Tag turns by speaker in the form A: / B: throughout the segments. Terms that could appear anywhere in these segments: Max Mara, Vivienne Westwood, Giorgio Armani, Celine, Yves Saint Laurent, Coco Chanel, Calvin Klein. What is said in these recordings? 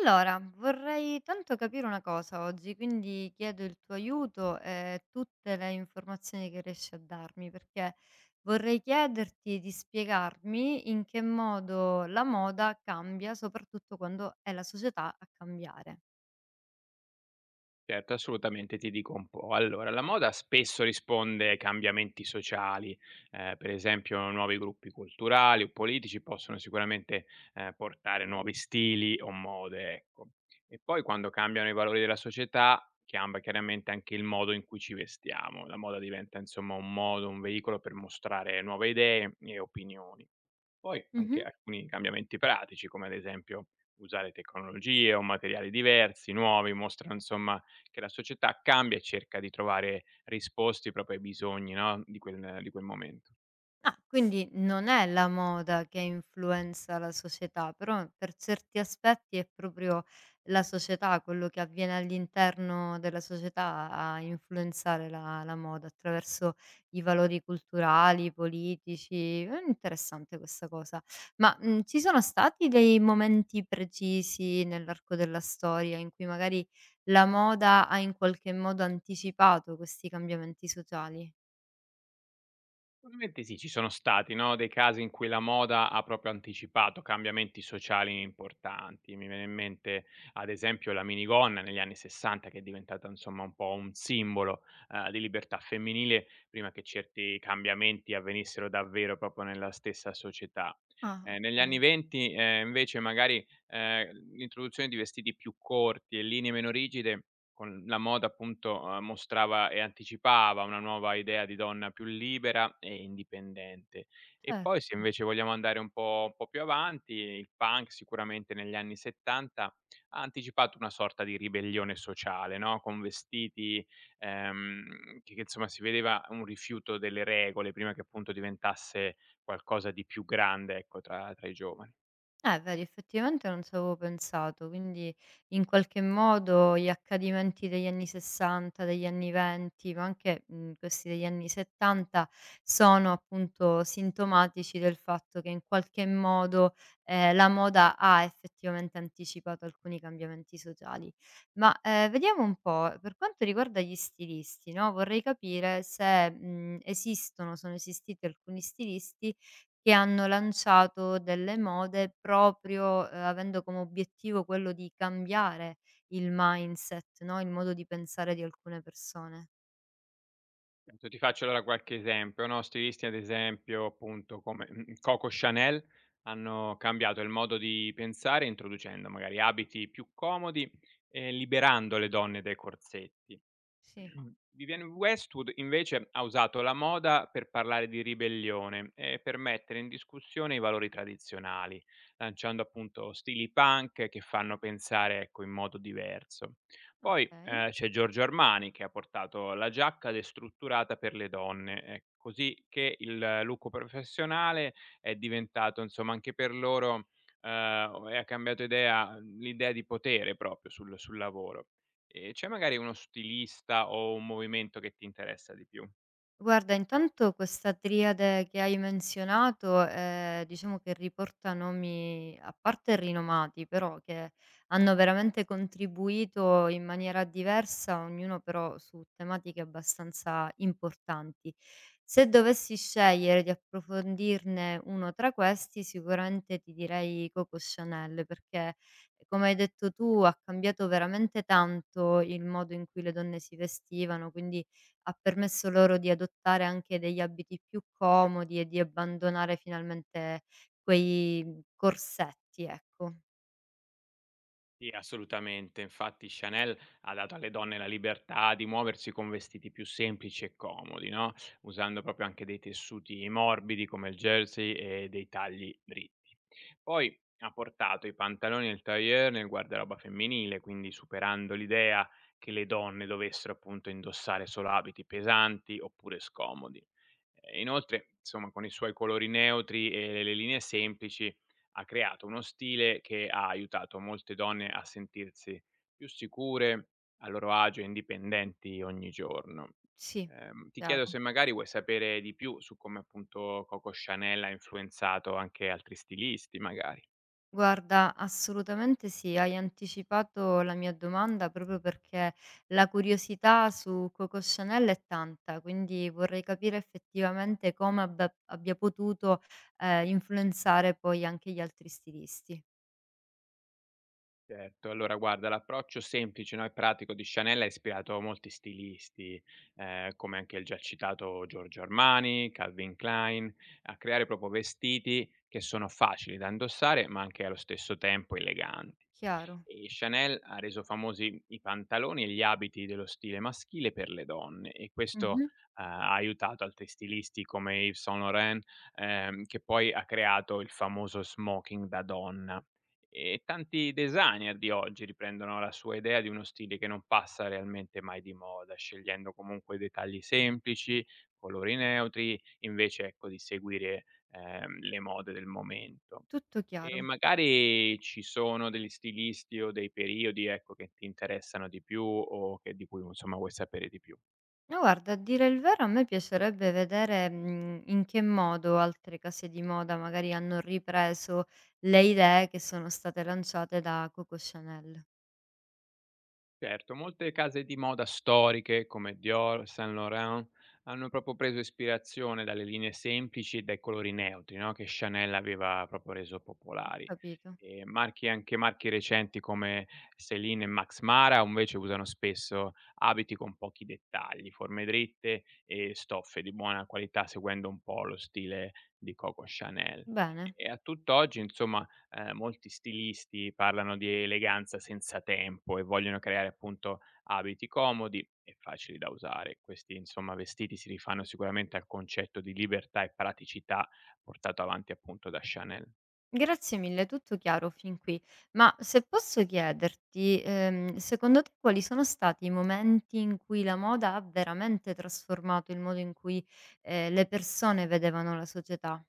A: Allora, vorrei tanto capire una cosa oggi, quindi chiedo il tuo aiuto e tutte le informazioni che riesci a darmi, perché vorrei chiederti di spiegarmi in che modo la moda cambia, soprattutto quando è la società a cambiare.
B: Certo, assolutamente, ti dico un po'. Allora, la moda spesso risponde ai cambiamenti sociali, per esempio nuovi gruppi culturali o politici possono sicuramente portare nuovi stili o mode, ecco. E poi quando cambiano i valori della società, cambia chiaramente anche il modo in cui ci vestiamo. La moda diventa insomma un modo, un veicolo per mostrare nuove idee e opinioni. Poi anche alcuni cambiamenti pratici, come ad esempio usare tecnologie o materiali diversi, nuovi, mostrano insomma che la società cambia e cerca di trovare risposte proprio ai bisogni no, di quel momento.
A: Ah, quindi non è la moda che influenza la società, però per certi aspetti è proprio la società, quello che avviene all'interno della società a influenzare la moda attraverso i valori culturali, politici. È interessante questa cosa. Ma, ci sono stati dei momenti precisi nell'arco della storia in cui magari la moda ha in qualche modo anticipato questi cambiamenti sociali?
B: Probabilmente sì, ci sono stati, no, dei casi in cui la moda ha proprio anticipato cambiamenti sociali importanti. Mi viene in mente ad esempio la minigonna negli anni '60 che è diventata insomma un po' un simbolo, di libertà femminile prima che certi cambiamenti avvenissero davvero proprio nella stessa società.
A: Ah,
B: Negli anni
A: okay,
B: '20, invece magari, l'introduzione di vestiti più corti e linee meno rigide con la moda appunto, mostrava e anticipava una nuova idea di donna più libera e indipendente. E
A: cer
B: poi se invece vogliamo andare un po' più avanti, il punk sicuramente negli anni '70 ha anticipato una sorta di ribellione sociale, no, con vestiti, che insomma si vedeva un rifiuto delle regole prima che appunto diventasse qualcosa di più grande, ecco, tra i giovani.
A: Vedi effettivamente non ci avevo pensato, quindi in qualche modo gli accadimenti degli anni '60, degli anni '20, ma anche, questi degli anni '70 sono appunto sintomatici del fatto che in qualche modo, la moda ha effettivamente anticipato alcuni cambiamenti sociali. Ma, vediamo un po', per quanto riguarda gli stilisti, no, vorrei capire se, sono esistiti alcuni stilisti che hanno lanciato delle mode proprio, avendo come obiettivo quello di cambiare il mindset, no, il modo di pensare di alcune persone.
B: Appunto, ti faccio allora qualche esempio, no, stilisti ad esempio appunto come, mhmm, Coco Chanel hanno cambiato il modo di pensare introducendo magari abiti più comodi e liberando le donne dai corsetti.
A: Sì.
B: Mhmm, Vivienne Westwood invece ha usato la moda per parlare di ribellione e per mettere in discussione i valori tradizionali, lanciando appunto stili punk che fanno pensare ecco, in modo diverso. Poi
A: Okay.
B: c'è Giorgio Armani che ha portato la giacca destrutturata per le donne, così che il look professionale è diventato insomma anche per loro eh, e ha cambiato idea, l'idea di potere proprio sul lavoro. C'è magari uno stilista o un movimento che ti interessa di più?
A: Guarda, intanto questa triade che hai menzionato, diciamo che riporta nomi a parte rinomati, però che hanno veramente contribuito in maniera diversa, ognuno però su tematiche abbastanza importanti. Se dovessi scegliere di approfondirne uno tra questi, sicuramente ti direi Coco Chanel, perché come hai detto tu ha cambiato veramente tanto il modo in cui le donne si vestivano, quindi ha permesso loro di adottare anche degli abiti più comodi e di abbandonare finalmente quei, corsetti, ecco.
B: Sì, assolutamente. Infatti Chanel ha dato alle donne la libertà di muoversi con vestiti più semplici e comodi, no, usando proprio anche dei tessuti morbidi come il jersey e dei tagli dritti. Poi ha portato i pantaloni e il tailleur nel guardaroba femminile, quindi superando l'idea che le donne dovessero appunto indossare solo abiti pesanti oppure scomodi. Inoltre, insomma, con i suoi colori neutri e le linee semplici ha creato uno stile che ha aiutato molte donne a sentirsi più sicure, a loro agio e indipendenti ogni giorno.
A: Sì,
B: Ti chiedo
A: chiaro.
B: se magari vuoi sapere di più su come appunto Coco Chanel ha influenzato anche altri stilisti, magari.
A: Guarda, assolutamente sì, hai anticipato la mia domanda proprio perché la curiosità su Coco Chanel è tanta, quindi vorrei capire effettivamente come abba abbia potuto, influenzare poi anche gli altri stilisti.
B: Certo, allora guarda l'approccio semplice, no, e pratico di Chanel ha ispirato a molti stilisti, come anche il già citato Giorgio Armani, Calvin Klein, a creare proprio vestiti che sono facili da indossare, ma anche allo stesso tempo elegan
A: Chiaro.
B: e Chanel ha reso famosi i pantaloni e gli abiti dello stile maschile per le donne e questo,
A: Mh-mh.
B: ha aiutato altri stilisti come Yves Saint Laurent, che poi ha creato il famoso smoking da donna. E tanti designer di oggi riprendono la sua idea di uno stile che non passa realmente mai di moda, scegliendo comunque dettagli semplici, colori neutri, invece ecco di seguire, le mode del momento.
A: Tutto
B: E
A: chiaro.
B: magari ci sono degli stilisti o dei periodi, ecco, che ti interessano di più o che di cui insomma vuoi sapere di più.
A: No guarda, a dire il vero a me piacerebbe vedere, in che modo altre case di moda magari hanno ripreso le idee che sono state lanciate da Coco Chanel.
B: Certo, molte case di moda storiche come Dior, Saint Laurent hanno proprio preso ispirazione dalle linee semplici e dai colori neutri, no, che Chanel aveva proprio reso
A: Ho
B: popolari.
A: capito.
B: E marchi, anche marchi recenti come Celine e Max Mara invece usano spesso abiti con pochi dettagli, forme dritte e stoffe di buona qualità, seguendo un po' lo stile di Coco Chanel.
A: Bene.
B: E a tutt'oggi, insomma, molti stilisti parlano di eleganza senza tempo e vogliono creare appunto abiti comodi e facili da usare. Questi insomma vestiti si rifanno sicuramente al concetto di libertà e praticità portato avanti appunto da Chanel.
A: Grazie mille, tutto chiaro fin qui. Ma se posso chiederti, secondo te quali sono stati i momenti in cui la moda ha veramente trasformato il modo in cui, le persone vedevano la società?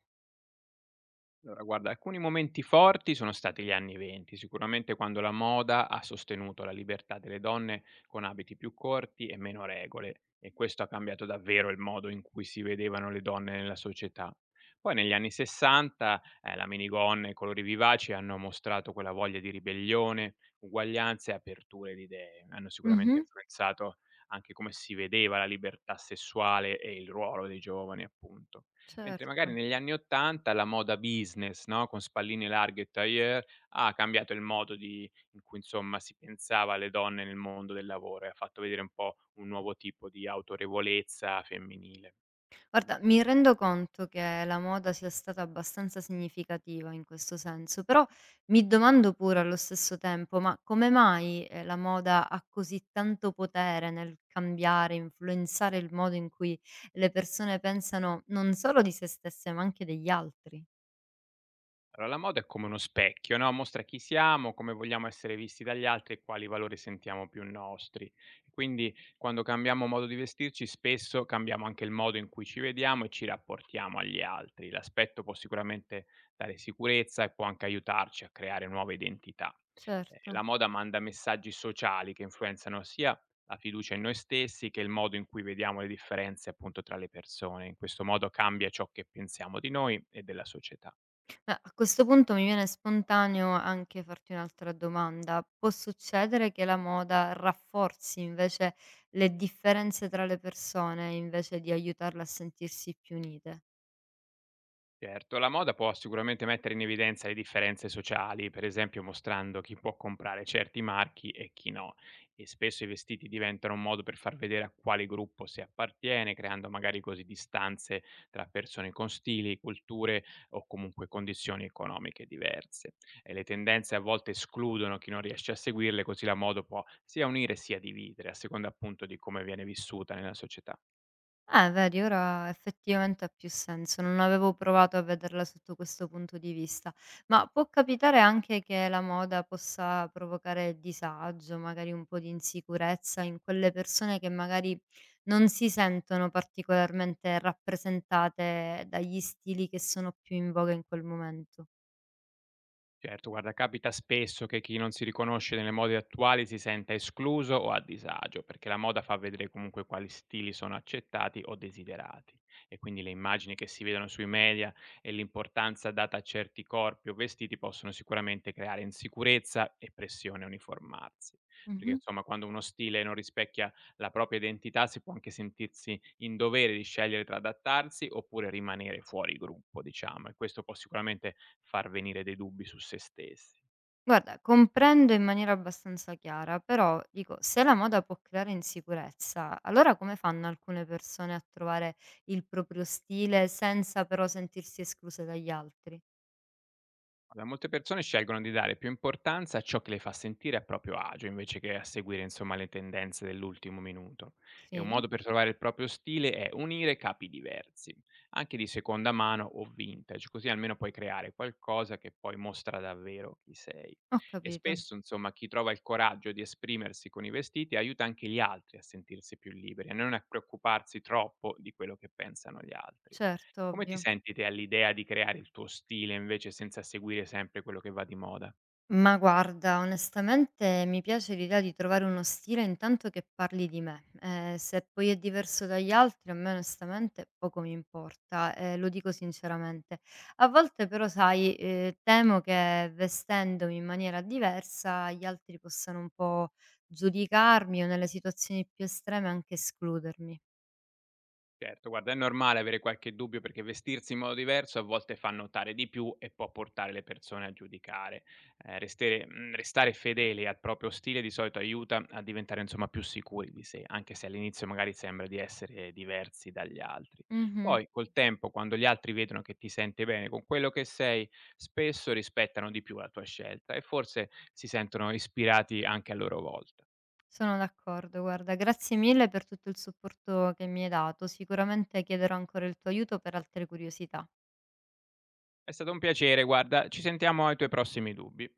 B: Allora guarda, alcuni momenti forti sono stati gli anni '20, sicuramente quando la moda ha sostenuto la libertà delle donne con abiti più corti e meno regole, e questo ha cambiato davvero il modo in cui si vedevano le donne nella società. Poi negli anni '60, la minigonna e i colori vivaci hanno mostrato quella voglia di ribellione, uguaglianza e aperture di idee. Hanno sicuramente
A: Mh-mh,
B: influenzato anche come si vedeva la libertà sessuale e il ruolo dei giovani, appunto. Mentre
A: certo.
B: magari negli anni '80 la moda business, no, con spalline larghe e tailleur, ha cambiato il modo di in cui insomma si pensava alle donne nel mondo del lavoro e ha fatto vedere un po' un nuovo tipo di autorevolezza femminile.
A: Guarda, mi rendo conto che la moda sia stata abbastanza significativa in questo senso, però mi domando pure allo stesso tempo, ma come mai la moda ha così tanto potere nel cambiare, influenzare il modo in cui le persone pensano non solo di se stesse, ma anche degli altri?
B: Allora, la moda è come uno specchio, no, mostra chi siamo, come vogliamo essere visti dagli altri e quali valori sentiamo più nostri. Quindi, quando cambiamo modo di vestirci, spesso cambiamo anche il modo in cui ci vediamo e ci rapportiamo agli altri. L'aspetto può sicuramente dare sicurezza e può anche aiutarci a creare nuove identità.
A: Certo.
B: La moda manda messaggi sociali che influenzano sia la fiducia in noi stessi che il modo in cui vediamo le differenze appunto tra le persone. In questo modo cambia ciò che pensiamo di noi e della società.
A: A questo punto mi viene spontaneo anche farti un'altra domanda. Può succedere che la moda rafforzi invece le differenze tra le persone, invece di aiutarle a sentirsi più unite?
B: Certo, la moda può sicuramente mettere in evidenza le differenze sociali, per esempio mostrando chi può comprare certi marchi e chi no, e spesso i vestiti diventano un modo per far vedere a quale gruppo si appartiene, creando magari così distanze tra persone con stili, culture o comunque condizioni economiche diverse. E le tendenze a volte escludono chi non riesce a seguirle, così la moda può sia unire sia dividere, a seconda appunto di come viene vissuta nella società.
A: Vedi, ora effettivamente ha più senso. Non avevo provato a vederla sotto questo punto di vista. Ma può capitare anche che la moda possa provocare disagio, magari un po' di insicurezza in quelle persone che magari non si sentono particolarmente rappresentate dagli stili che sono più in voga in quel momento.
B: Certo, guarda, capita spesso che chi non si riconosce nelle mode attuali si senta escluso o a disagio, perché la moda fa vedere comunque quali stili sono accettati o desiderati. E quindi le immagini che si vedono sui media e l'importanza data a certi corpi o vestiti possono sicuramente creare insicurezza e pressione a uniformarsi. Perché insomma, quando uno stile non rispecchia la propria identità, si può anche sentirsi in dovere di scegliere tra adattarsi oppure rimanere fuori gruppo, diciamo. E questo può sicuramente far venire dei dubbi su se stessi.
A: Guarda, comprendo in maniera abbastanza chiara, però dico, se la moda può creare insicurezza, allora come fanno alcune persone a trovare il proprio stile senza però sentirsi escluse dagli altri?
B: Guarda, molte persone scelgono di dare più importanza a ciò che le fa sentire a proprio agio, invece che a seguire, insomma, le tendenze dell'ultimo minuto. E un
A: Sì,
B: modo per trovare il proprio stile è unire capi diversi, anche di seconda mano o vintage, così almeno puoi creare qualcosa che poi mostra davvero chi sei.
A: ho
B: E
A: capito,
B: spesso, insomma, chi trova il coraggio di esprimersi con i vestiti aiuta anche gli altri a sentirsi più liberi, a non preoccuparsi troppo di quello che pensano gli altri.
A: certo,
B: Come ti
A: ovvio.
B: senti te all'idea di creare il tuo stile invece senza seguire sempre quello che va di moda?
A: Ma guarda, onestamente mi piace l'idea di trovare uno stile intanto che parli di me. Se poi è diverso dagli altri, a me onestamente poco mi importa, lo dico sinceramente. A volte però, sai, temo che vestendomi in maniera diversa gli altri possano un po' giudicarmi o nelle situazioni più estreme anche escludermi.
B: Certo, guarda, è normale avere qualche dubbio perché vestirsi in modo diverso a volte fa notare di più e può portare le persone a giudicare. Restare fedeli al proprio stile di solito aiuta a diventare insomma più sicuri di sé, anche se all'inizio magari sembra di essere diversi dagli altri.
A: Mhm.
B: Poi col tempo, quando gli altri vedono che ti senti bene con quello che sei, spesso rispettano di più la tua scelta e forse si sentono ispirati anche a loro volta.
A: Sono d'accordo, guarda, grazie mille per tutto il supporto che mi hai dato. Sicuramente chiederò ancora il tuo aiuto per altre curiosità.
B: È stato un piacere, guarda, ci sentiamo ai tuoi prossimi dubbi.